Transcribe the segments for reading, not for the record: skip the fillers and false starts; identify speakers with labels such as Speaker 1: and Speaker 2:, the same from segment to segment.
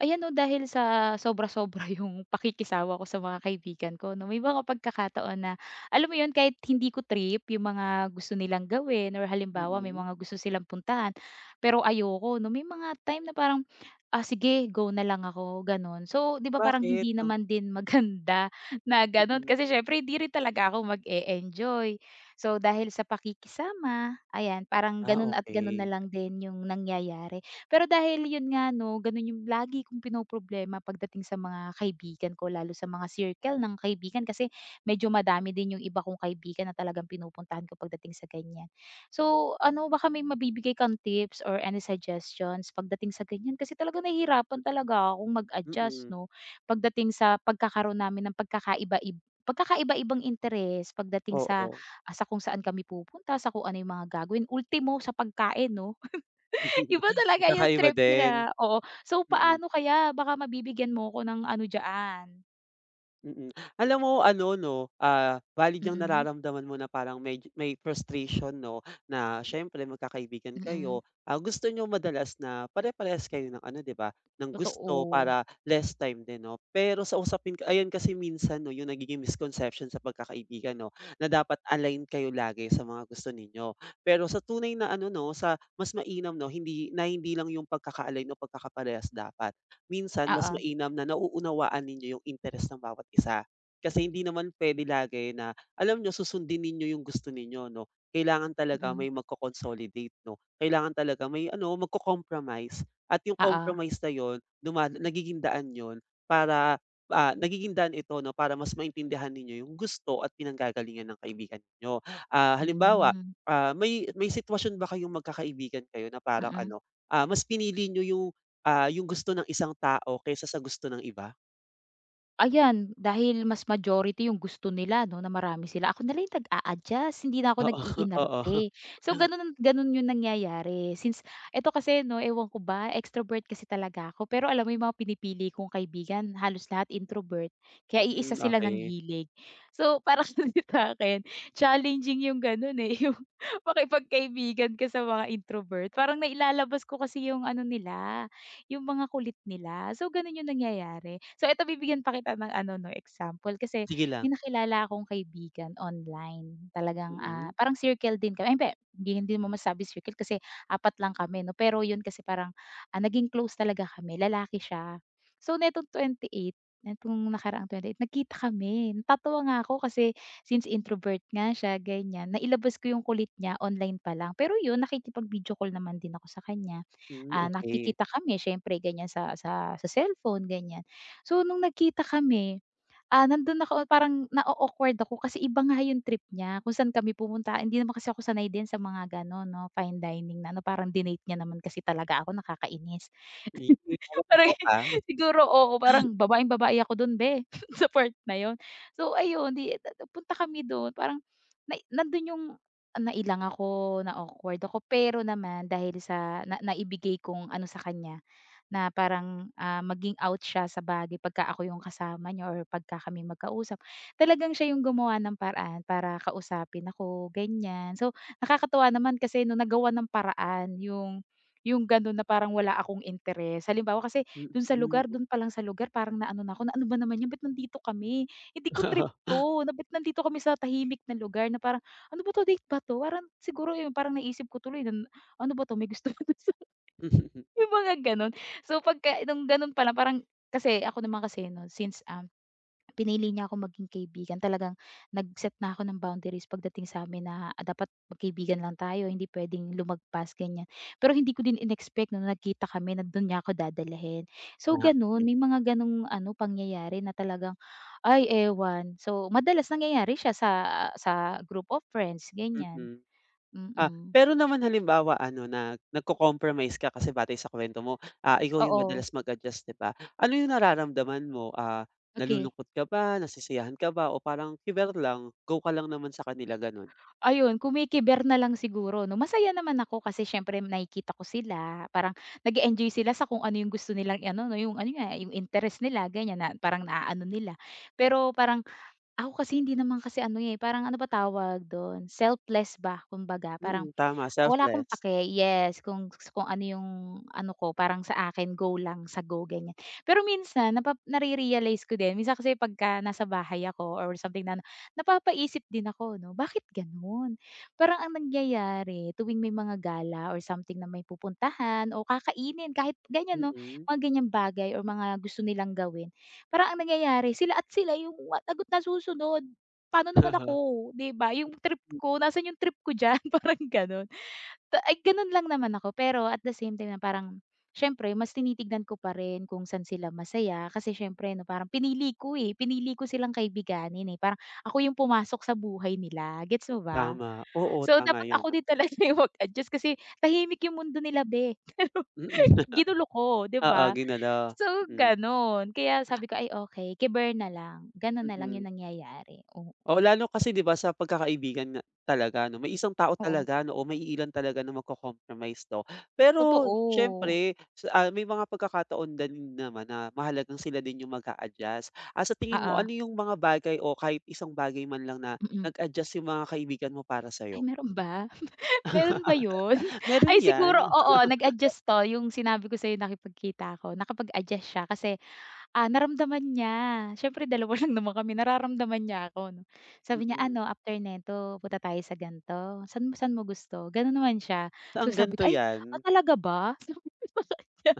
Speaker 1: Ayan 'no, dahil sa sobra-sobra yung pakikisawa ko sa mga kaibigan ko 'no, may mga pagkakataon na alam mo yun, kahit hindi ko trip yung mga gusto nilang gawin or halimbawa may
Speaker 2: Mm,
Speaker 1: mga gusto silang puntahan, pero ayoko 'no, may mga time na parang, "Ah, sige go na lang ako," gano'n. So 'di ba parang
Speaker 2: bakit
Speaker 1: hindi
Speaker 2: ang
Speaker 1: naman din maganda na gano'n
Speaker 2: mm,
Speaker 1: kasi siyempre hindi rin talaga ako mag-e-enjoy. So dahil sa pakikisama, ayan parang
Speaker 2: ah,
Speaker 1: gano'n at gano'n na
Speaker 2: okey.
Speaker 1: lang din yung nangyayari. Pero dahil yun nga 'no, ganun yung lagi kong pinoproblema pagdating sa mga kaibigan ko, lalo sa mga circle ng kaibigan kasi medyo madami din yung iba kong kaibigan na talagang pinupuntahan ko pagdating sa ganyan. So, ano baka may mabibigay kang tips or any suggestions pagdating sa ganyan kasi talagang nahihirapan talaga akong mag-adjust
Speaker 2: Mm,
Speaker 1: 'no, pagdating sa pagkakaroon namin ng pagkakaiba-ibang interes pagdating sa,
Speaker 2: oo.
Speaker 1: ah, sa kung saan kami pupunta, sa kung ano yung mga gagawin, ultimo sa pagkain 'no. Iba talaga yung
Speaker 2: Magkakaiba
Speaker 1: trip
Speaker 2: din,
Speaker 1: nila, oo. So,
Speaker 2: Mm.
Speaker 1: paano kaya baka mabibigyan mo ko ng ano diyan,
Speaker 2: Mm. Alam mo ano 'no, valid yang
Speaker 1: mm.
Speaker 2: nararamdaman mo na parang may frustration 'no, na siyempre magkakaibigan
Speaker 1: I
Speaker 2: kayo, gusto niyo madalas na pare-parehas kayo ng ano 'di ba, ng gusto
Speaker 1: totoo.
Speaker 2: para less time din 'no. Pero sa usapin ayan kasi minsan 'no yung nagiging misconception sa pagkakaibigan 'no, na dapat align kayo lagi sa mga gusto ninyo. Pero sa tunay na ano 'no, sa mas mainam 'no, hindi na hindi lang yung pagkaka-align o pagkakaparehas dapat minsan mas
Speaker 1: Oo,
Speaker 2: mainam na nauunawaan ninyo yung interes ng bawat isa. Kasi hindi naman puwede lagi na alam niyo susundin ninyo yung gusto ninyo 'no, kailangan talaga
Speaker 1: mm.
Speaker 2: may magko-consolidate 'no, kailangan talaga may ano, magko-compromise at yung
Speaker 1: Oo,
Speaker 2: compromise na yun duma nagiging daan yun para, ah, nagiging daan ito 'no, para mas maintindihan ninyo yung gusto at pinanggagalingan ng kaibigan ninyo. Halimbawa,
Speaker 1: hmm,
Speaker 2: may sitwasyon ba kayong magkakaibigan kayo na parang
Speaker 1: mm.
Speaker 2: ano, mas pinili niyo yung gusto ng isang tao kaysa sa gusto ng iba?
Speaker 1: Ayan, dahil mas majority yung gusto nila 'no, na marami sila, ako na lang yung nag-a-adjust, hindi na ako
Speaker 2: Oo, oo.
Speaker 1: nag-iinarte. So gano'n gano'n yung nangyayari since eto kasi 'no, ewan ko ba, extrovert kasi talaga ako, pero alam mo yung mga pinipili kong kaibigan halos lahat introvert, kaya iisa
Speaker 2: Hmm,
Speaker 1: sila ng
Speaker 2: okey.
Speaker 1: hilig. So parang kasi sa'kin, challenging yung gano'n, eh, yung makipagkaibigan ka sa mga introvert, parang nailalabas ko kasi yung ano nila, yung mga kulit nila. So, ganun yung nangyayari. So, eto bibigyan pa kita ng ano 'no, example kasi
Speaker 2: Sige
Speaker 1: may
Speaker 2: lang.
Speaker 1: nakilala akong kaibigan online. Talagang,
Speaker 2: Mm.
Speaker 1: parang circle din kami ay hindi, hindi mo masabi circle kasi apat lang kami 'no, pero yun kasi parang, naging close talaga kami, lalaki siya. So, netong 28, netong nakaraang 28 nagkita kami. Natatawa nga ako kasi since introvert nga siya, ganyan, nailabas ko yung kulit niya online pa lang. Pero yun nakikipag-video call naman din ako sa kanya
Speaker 2: Hmm, okey.
Speaker 1: nakikita kami syempre ganyan sa sa cellphone ganyan. So nung nagkita kami, nandun ako parang na awkward ako kasi iba nga yung trip niya kung saan kami pumunta. Hindi naman kasi ako sanay din sa mga gano'n 'no, fine dining na ano, parang dinate niya naman kasi talaga ako, nakakainis.
Speaker 2: Ye parang
Speaker 1: Parang
Speaker 2: joke, ah.
Speaker 1: siguro oo, parang babaeng-babae ako dun be, sa part na yon. So ayun, 'di punta kami dun parang na nandun yung nailang ako, na-awkward ako pero naman dahil sa na naibigay kong ano sa kanya na parang, ah, maging out siya sa bagay pagka ako yung kasama niya or pagka kami magkausap. Talagang siya yung gumawa ng paraan para kausapin ako, ganyan. So, nakakatuwa naman kasi nung nagawa ng paraan yung gano'n na parang wala akong interes. Halimbawa kasi dun sa
Speaker 2: Mm.
Speaker 1: lugar, dun pa lang sa lugar parang naano na ako na, "Ano ba naman 'yan, ba't nandito kami? Hindi ko trip
Speaker 2: Oo.
Speaker 1: 'to, na ba't nandito kami sa tahimik na lugar na parang ano ba 'to, date ba 'to?" Parang siguro 'yun, parang naisip ko tuloy na, "Ano ba 'to, may gusto ba 'to Yung mga gano'n. So, pagka nung gano'n pa lang parang kasi ako naman kasi 'no, since, pinili niya ako maging kaibigan talagang nag-set na ako ng boundaries pagdating sa'min na ah, dapat magkaibigan lang tayo, hindi puwedeng lumagpas, ganiyan. Pero hindi ko din inexpect na nagkita kami na do'n niya ako dadalhin. So,
Speaker 2: Ah,
Speaker 1: gano'n,
Speaker 2: okey.
Speaker 1: may mga gano'ng ano, pangyayari na talagang, ay ewan. So, madalas nangyayari siya sa group of friends, ganiyan.
Speaker 2: Mm.
Speaker 1: Mm.
Speaker 2: Pero naman halimbawa ano na nagko-compromise ka kasi batay sa kuwento mo, ikaw yung
Speaker 1: Oo,
Speaker 2: madalas mag-adjust, 'di ba? Ano yung nararamdaman mo?
Speaker 1: okay.
Speaker 2: Nalulungkot ka ba, nasisiyahan ka ba o parang kiber lang, go ka lang naman sa kanila, gano'n?
Speaker 1: Ayun, kumikiber na lang siguro 'no. Masaya naman ako kasi siyempre nakikita ko sila, parang nag-e-enjoy sila sa kung ano yung gusto nilang i-ano 'no, yung ano nga, yung interest nila ganyan na parang naaano nila. Pero parang ako kasi hindi naman kasi ano, eh, parang ano ba tawag don, selfless ba kumbaga. Parang
Speaker 2: Mm, tama,
Speaker 1: wala akong
Speaker 2: selfless.
Speaker 1: pake, yes, kung ano yung ano ko, parang sa akin go lang, sa go ganyan. Pero minsan napa nare-realize ko din, minsan kasi pagka nasa bahay ako or something na napapaisip din ako 'no, bakit gano'n? Parang ang nangyayari tuwing may mga gala or something na may pupuntahan o kakainin kahit ganyan 'no,
Speaker 2: Mm.
Speaker 1: mga ganyang bagay or mga gusto nilang gawin, parang ang nangyayari sila at sila yung lagot na susunod. Paano naman ako, 'di ba? Yung trip ko, nasaan yung trip ko diyan? Parang gano'n. Pa ay gano'n lang naman ako, pero at the same time na parang siyempre mas tinitignan ko pa rin kung saan sila masaya kasi siyempre 'no, parang pinili ko, eh, pinili ko silang kaibiganin, eh, parang ako yung pumasok sa buhay nila, gets mo ba?
Speaker 2: Tama, oo
Speaker 1: So,
Speaker 2: tama
Speaker 1: dapat
Speaker 2: 'yun,
Speaker 1: ako din talaga yung mag-adjust kasi tahimik yung mundo nila be, pero
Speaker 2: mm,
Speaker 1: ginulo ko, 'di
Speaker 2: oo
Speaker 1: ba?
Speaker 2: ginala,
Speaker 1: So,
Speaker 2: mm,
Speaker 1: gano'n. Kaya sabi ko, "Ay okey, kiber na lang." Gano'n na lang yung
Speaker 2: mm.
Speaker 1: nangyayari, oo.
Speaker 2: Oo lalo kasi 'di ba sa pagkakaibigan nga talaga 'no, may isang tao
Speaker 1: Oo,
Speaker 2: talaga 'no o maiilan talaga na magko-compromise 'no. Pero
Speaker 1: totoo.
Speaker 2: siyempre may mga pagkakataon na din naman na mahalagang sila din yung mag-a-adjust. Sa tingin mo
Speaker 1: Oo,
Speaker 2: ano yung mga bagay o kahit isang bagay man lang na
Speaker 1: mm.
Speaker 2: nag-adjust yung mga kaibigan mo para sa'yo?
Speaker 1: Ay meron ba? Meron ba yun?
Speaker 2: Meron
Speaker 1: Ay siguro
Speaker 2: 'yan,
Speaker 1: oo, nag-adjust 'to, yung sinabi ko sa'yo nakipagkita ako, nakapag-adjust siya kasi, naramdaman niya. Siyempre dalawa lang naman kami, nararamdaman niya ako 'no. Sabi niya,
Speaker 2: mm.
Speaker 1: "Ano, after neto punta tayo sa ganito, saan saan mo gusto?" Gano'n naman siya.
Speaker 2: Saan
Speaker 1: So sabi
Speaker 2: ganto
Speaker 1: ko, "Ay,
Speaker 2: 'yan?
Speaker 1: ah, talaga ba?" Sabi ko sa kanya.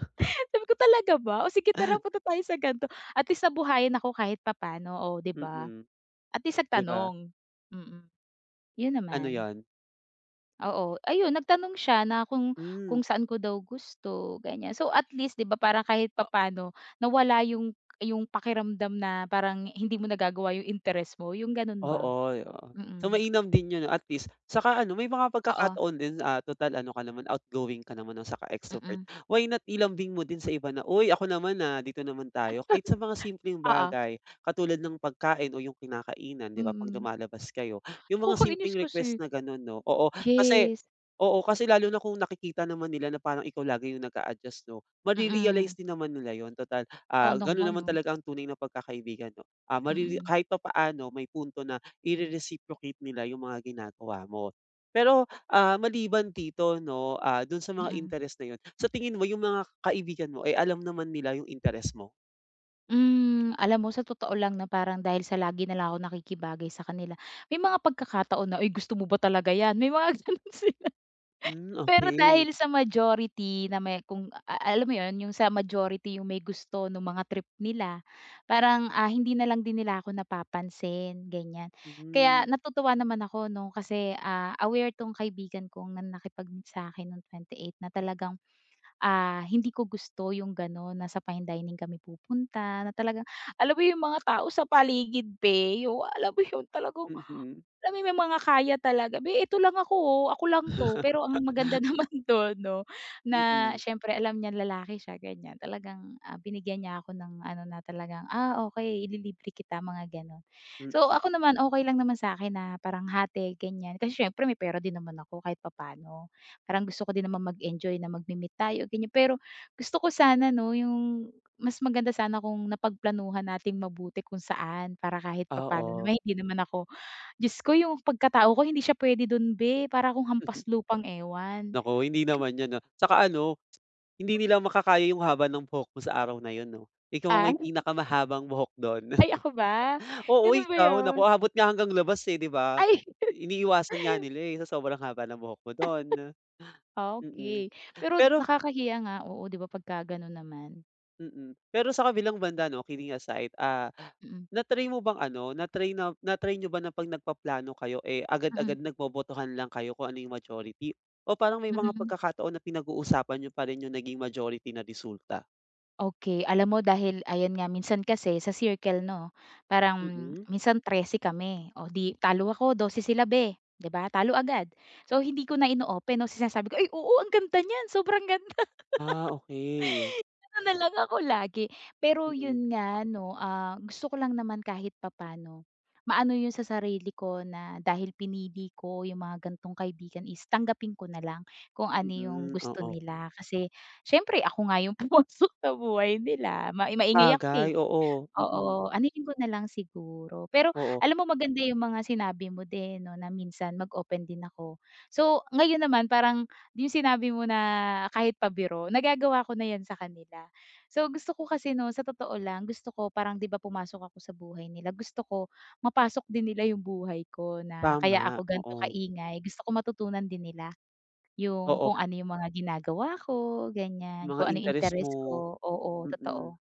Speaker 1: Sabi ko, "Talaga ba? O sige tara punta tayo sa ganito." At least nabuhayan ako kahit papaano, o 'di ba?
Speaker 2: Mm,
Speaker 1: At least
Speaker 2: 'di ba?
Speaker 1: nagtanong. Mm, yun
Speaker 2: Ano
Speaker 1: naman.
Speaker 2: yon?
Speaker 1: Oo, ayun nagtanong siya na kung
Speaker 2: Hmm.
Speaker 1: kung saan ko daw gusto ganyan. So at least 'di ba parang kahit papaano nawala yung pakiramdam na parang hindi mo nagagawa yung interest mo, yung gano'n ba?
Speaker 2: Oo, oo. So,
Speaker 1: Mm.
Speaker 2: mainam din yun at least. Saka ano, may mga
Speaker 1: Oo,
Speaker 2: pagkakataon din, total ano ka naman, outgoing ka naman, 'no, saka extrovert.
Speaker 1: mm.
Speaker 2: Why not ilambing mo din sa iba na, "Uy, ako naman, na dito naman tayo." Kahit sa mga simpleng
Speaker 1: Oo,
Speaker 2: bagay, katulad ng pagkain o yung kinakainan, 'di ba, 'pag
Speaker 1: mm.
Speaker 2: lumalabas kayo. Yung mga
Speaker 1: Nakakainis
Speaker 2: simpleng request
Speaker 1: kasi.
Speaker 2: na gano'n, 'no? Oo, kasi
Speaker 1: Yes,
Speaker 2: oo, kasi lalo na kung nakikita naman nila na parang ikaw lagi yung nag-a-adjust, 'no, mare
Speaker 1: mm.
Speaker 2: din naman nila yon total,
Speaker 1: Sana
Speaker 2: gano'n
Speaker 1: nga
Speaker 2: naman
Speaker 1: 'no,
Speaker 2: talaga ang tunay na pagkakaibigan, 'no? Marere
Speaker 1: mm.
Speaker 2: kahit papaano may punto na ire-reciprocate nila yung mga ginagawa mo. Pero, maliban dito 'no, dun sa mga
Speaker 1: Mm.
Speaker 2: interes na yun, sa tingin mo yung mga kaibigan mo, eh, alam naman nila yung interes mo?
Speaker 1: Hmm, alam mo sa totoo lang na parang dahil sa lagi na lang ako nakikibagay sa kanila, may mga pagkakataon na, "Uy gusto mo ba talaga yan?" May mga gano'n sila.
Speaker 2: Mm,
Speaker 1: Pero
Speaker 2: okay,
Speaker 1: dahil sa majority na may kung a alam mo yon yung sa majority yung may gusto ng mga trip nila, parang, ah, hindi na lang din nila ako napapansin, ganyan. Kaya
Speaker 2: okey.
Speaker 1: natutuwa naman ako 'no, kasi, ah, aware 'tong kaibigan kong na nakipag-meet sa'kin nung 28 na talagang, ah, hindi ko gusto yung gano'n na sa fine dining kami pupunta, na talagang alam mo yung mga tao sa paligid, be, yung alam mo yun, talagang
Speaker 2: Hmm,
Speaker 1: alam mo may mga kaya talaga, "Be, ito lang ako, oh, ako lang 'to." Pero ang maganda naman dun 'no,
Speaker 2: mm,
Speaker 1: na
Speaker 2: mm,
Speaker 1: siyempre alam niyang lalaki siya ganyan, talagang, ah, binigyan niya ako ng ano na talagang, "Ah, okey ililibre kita," mga gano'n.
Speaker 2: mm,
Speaker 1: So ako naman, okey lang naman sa'kin na parang hati ganyan, kasi siyempre may pera din naman ako kahit papaano. Parang gusto ko din naman mag-enjoy na magme-meet tayo ganyan, pero gusto ko sana 'no, yung mas maganda sana kung napagplanuhan nating mabuti kung saan para kahit papaano
Speaker 2: oo.
Speaker 1: naman hindi naman ako Diyos ko yung pagkatao ko hindi siya puwede dun be, para akong hampas lupang ewan.
Speaker 2: Naku, hindi naman yun 'no. Tsaka ano, hindi nila makakaya yung haba ng buhok mo sa araw na yun 'no. Ikaw ang
Speaker 1: Ah,
Speaker 2: may pinakamahabang buhok dun.
Speaker 1: ay ako ba?
Speaker 2: Oo,
Speaker 1: Gano'n ba
Speaker 2: ikaw naku
Speaker 1: yun?
Speaker 2: aabot nga hanggang labas, eh, 'di ba?
Speaker 1: Ay,
Speaker 2: Iniiwasan nga nila, eh, sa sobrang haba ng buhok mo don. Mm.
Speaker 1: okey. Pero
Speaker 2: Pero
Speaker 1: nakakahiya nga, oo 'di ba pagka gano'n naman.
Speaker 2: pero sa kabilang banda 'no, kidding aside,
Speaker 1: Mm,
Speaker 2: na-try mo bang ano, na-try niyo ba na 'pag nagpaplano kayo, eh,
Speaker 1: mm,
Speaker 2: agad-agad nagbobotohan lang kayo kung ano yung majority o parang may mga
Speaker 1: mm.
Speaker 2: pagkakataon na pinag-uusapan niyo pa rin yung naging majority na resulta?
Speaker 1: Okey, alam mo dahil ayan nga minsan kasi sa circle 'no, parang
Speaker 2: Mm.
Speaker 1: minsan 13 kami, o 'di talo ako 12 sila be, 'di ba, talo agad. So hindi ko na ino-open 'no, sinasabi ko, "Ay oo ang ganda niyan, sobrang gan"
Speaker 2: Ah, okey.
Speaker 1: Ano na lang ako lagi. Pero
Speaker 2: Mm,
Speaker 1: yun nga 'no, ah, gusto ko lang naman kahit papaano, maano yun sa sarili ko na dahil pinili ko yung mga gantong kaibigan is tanggapin ko na lang kung ano yung
Speaker 2: mm,
Speaker 1: gusto Mm.
Speaker 2: oo.
Speaker 1: nila. Kasi siyempre ako nga yung pumasok sa buhay nila, ma maingay ako
Speaker 2: Sabagay,
Speaker 1: eh.
Speaker 2: oo, mm,
Speaker 1: Oo, anuhin ko na lang siguro. Pero
Speaker 2: oo,
Speaker 1: alam mo maganda yung mga sinabi mo din 'no, na minsan mag-open din ako. So, ngayon naman parang yung sinabi mo na kahit pabiro, nagagawa ko na 'yan sa kanila. So, gusto ko kasi 'no, sa totoo lang gusto ko parang 'di ba pumasok ako sa buhay nila, gusto ko mapasok din nila yung buhay ko na kaya
Speaker 2: tama,
Speaker 1: ako
Speaker 2: oo.
Speaker 1: ganito kaingay. Gusto ko matutunan din nila yung
Speaker 2: Oo,
Speaker 1: kung ano yung mga ginagawa ko, ganyan,
Speaker 2: mga
Speaker 1: kung ano yung
Speaker 2: interes
Speaker 1: interest
Speaker 2: mo,
Speaker 1: ko. Oo,
Speaker 2: mm.
Speaker 1: totoo.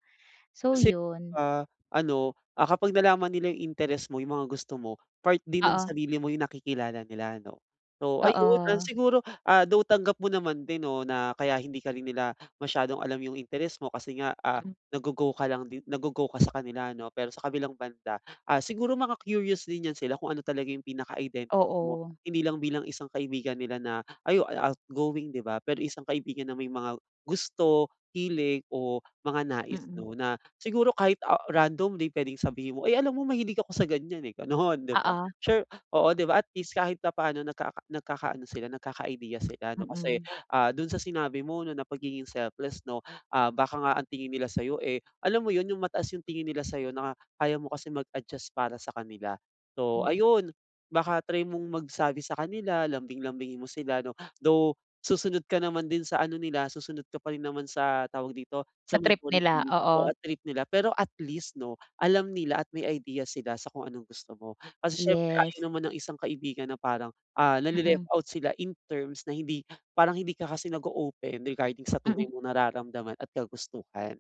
Speaker 1: So,
Speaker 2: Kasi,
Speaker 1: yun.
Speaker 2: ano, kapag nalaman nila yung interest mo, yung mga gusto mo, part din ng
Speaker 1: Oo.
Speaker 2: sarili mo yung nakikilala nila, ano? So, ayun,
Speaker 1: Oo,
Speaker 2: siguro, though tanggap mo naman din 'no, na kaya hindi ka rin nila masyadong alam yung interest mo kasi nga,
Speaker 1: mm,
Speaker 2: naggo-go ka lang din naggo-go ka sa kanila 'no, pero sa kabilang banda, siguro maka-curious din yan sila kung ano talaga yung pinaka-identity mo,
Speaker 1: oo,
Speaker 2: hindi lang bilang isang kaibigan nila na ayo outgoing, 'di ba? Pero isang kaibigan na may mga gusto, hilig o mga nais
Speaker 1: mm,
Speaker 2: 'no, Siguro kahit, randomly puwedeng sabihin mo, "Ay, alam mo mahilig ako sa ganyan, eh," gano'n, 'di ba?
Speaker 1: oo,
Speaker 2: Sure oo, 'di ba, at least kahit na papaano nagkakaano sila, nagkaka-idea sila 'no, kasi,
Speaker 1: mm,
Speaker 2: do'n sa sinabi mo 'no, na pagiging selfless 'no, baka nga ang tingin nila sa'yo, eh, alam mo 'yun, yung mataas yung tingin nila sa'yo na kaya mo kasi mag-adjust para sa kanila. So,
Speaker 1: mm,
Speaker 2: ayun, baka try mong magsabi sa kanila, lambing-lambingin mo sila 'no, though susunod ka naman din sa ano nila, susunod ka pa rin naman sa tawag dito, sa
Speaker 1: sa trip nila,
Speaker 2: majority oo,
Speaker 1: oo,
Speaker 2: at trip nila. Pero at least 'no, alam nila at may idea sila sa kung anong gusto mo. Kasi syempre
Speaker 1: yes,
Speaker 2: ayaw naman ng isang kaibigan na parang, nale-left
Speaker 1: mm,
Speaker 2: out sila in terms na hindi parang hindi ka kasi nag open regarding sa tunay
Speaker 1: mm.
Speaker 2: mong nararamdaman at kagustuhan.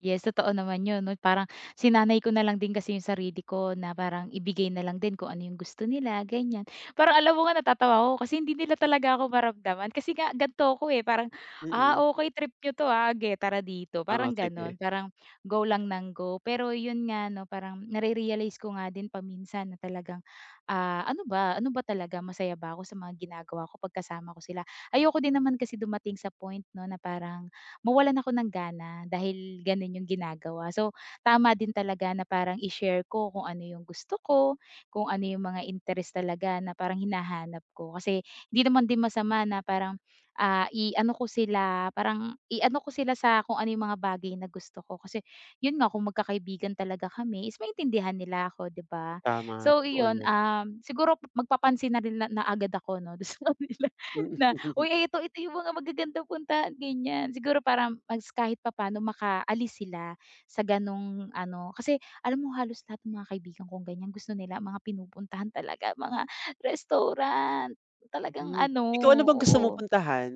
Speaker 1: Yes, totoo naman yun 'no, parang sinanay ko na lang din kasi yung sarili ko na parang ibigay na lang din kung ano yung gusto nila, ganyan. Parang alam mo nga natatawa ako kasi hindi nila talaga ako maramdaman kasi nga ganito ako, eh, parang, "Ah,
Speaker 2: Mm.
Speaker 1: okey trip niyo 'to, ah, ge tara dito."
Speaker 2: Oo,
Speaker 1: Parang
Speaker 2: sige.
Speaker 1: gano'n, parang go lang ng go. Pero yun nga 'no, parang nare-realize ko nga din paminsan na talagang, ano ba talaga, masaya ba ako sa mga ginagawa ko pagkasama ko sila. Ayoko din naman kasi dumating sa point 'no na parang mawalan ako ng gana dahil gano'n yung ginagawa. So, tama din talaga na parang i-share ko kung ano yung gusto ko, kung ano yung mga interest talaga na parang hinahanap ko. Kasi hindi naman din masama na parang, ah, i-ano ko sila, parang i-ano ko sila sa kung ano yung mga bagay na gusto ko. Kasi yun nga, kung magkakaibigan talaga kami is maintindihan nila ako, 'di ba?
Speaker 2: Tama,
Speaker 1: So
Speaker 2: totoo
Speaker 1: iyon,
Speaker 2: 'yun.
Speaker 1: siguro magpapansin na rin na na agad ako 'no, do'n sa kanila
Speaker 2: Mm.
Speaker 1: na "Uy, eh, ito ito yung mga magagandang puntahan," ganyan. Siguro para mas kahit papaano makaalis sila sa gano'ng ano kasi alam mo halos lahat ng mga kaibigan kong ganyan gusto nila mga pinupuntahan talaga, mga restaurant, talagang
Speaker 2: Hmm.
Speaker 1: ano,
Speaker 2: Ikaw ano bang gusto mong
Speaker 1: oo.
Speaker 2: puntahan?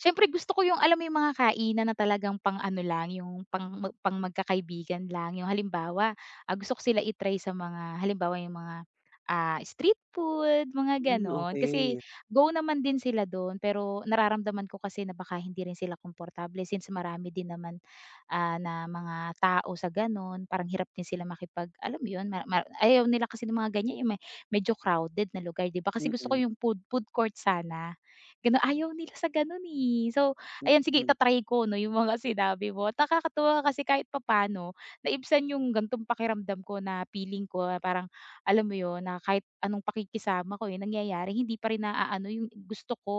Speaker 1: Siyempre gusto ko yung alam mo yung mga kainan na talagang pang-ano lang, yung pang mag pang magkakaibigan lang. Yung halimbawa, ah, gusto ko sila i sa mga halimbawa yung mga, street food, mga
Speaker 2: Hmm,
Speaker 1: gano'n. Kasi
Speaker 2: okey.
Speaker 1: go naman din sila do'n, pero nararamdaman ko kasi na baka hindi rin sila komportable since marami din naman, na mga tao sa gano'n. Parang hirap din sila makipag alam mo yun, ma ma ayaw nila kasi ng mga ganyan, yung may medyo crowded na lugar, 'di ba? Kasi gusto ko
Speaker 2: Mm,
Speaker 1: yung food food court sana. Gano'n, ayaw nila sa ganun eh. So, ayan sige
Speaker 2: mm.
Speaker 1: ita ko 'no, yung mga sinabi mo at nakakatuwa kasi kahit papaano naibsan yung ganitong pakiramdam ko na feeling ko na parang alam mo yun, na kahit anong pakikisama ko, eh, nangyayari hindi pa rin naaano yung gusto ko.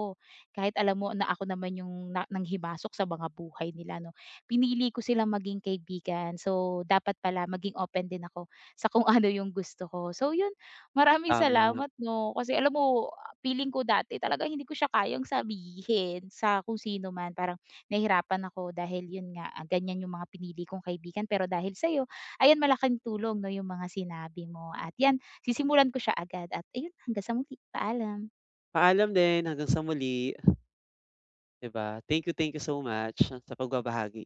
Speaker 1: Kahit alam mo na ako naman yung na nanghimasok sa mga buhay nila 'no. Pinili ko silang maging kaibigan, so dapat pala maging open din ako sa kung ano yung gusto ko. So yun, maraming
Speaker 2: Tama.
Speaker 1: salamat 'no, kasi alam mo feeling ko dati talaga hindi ko siya kayang sabihin sa kung sino man. Parang nahihirapan ako dahil yun nga, ah, ganyan yung mga pinili kong kaibigan. Pero dahil sa'yo, ayan malaking tulong 'no yung mga sinabi mo. At yan, sisimulan ko siya agad at ayun hanggang sa muli, paalam.
Speaker 2: Paalam din hanggang sa muli, 'di ba? Thank you so much sa pagbabahagi.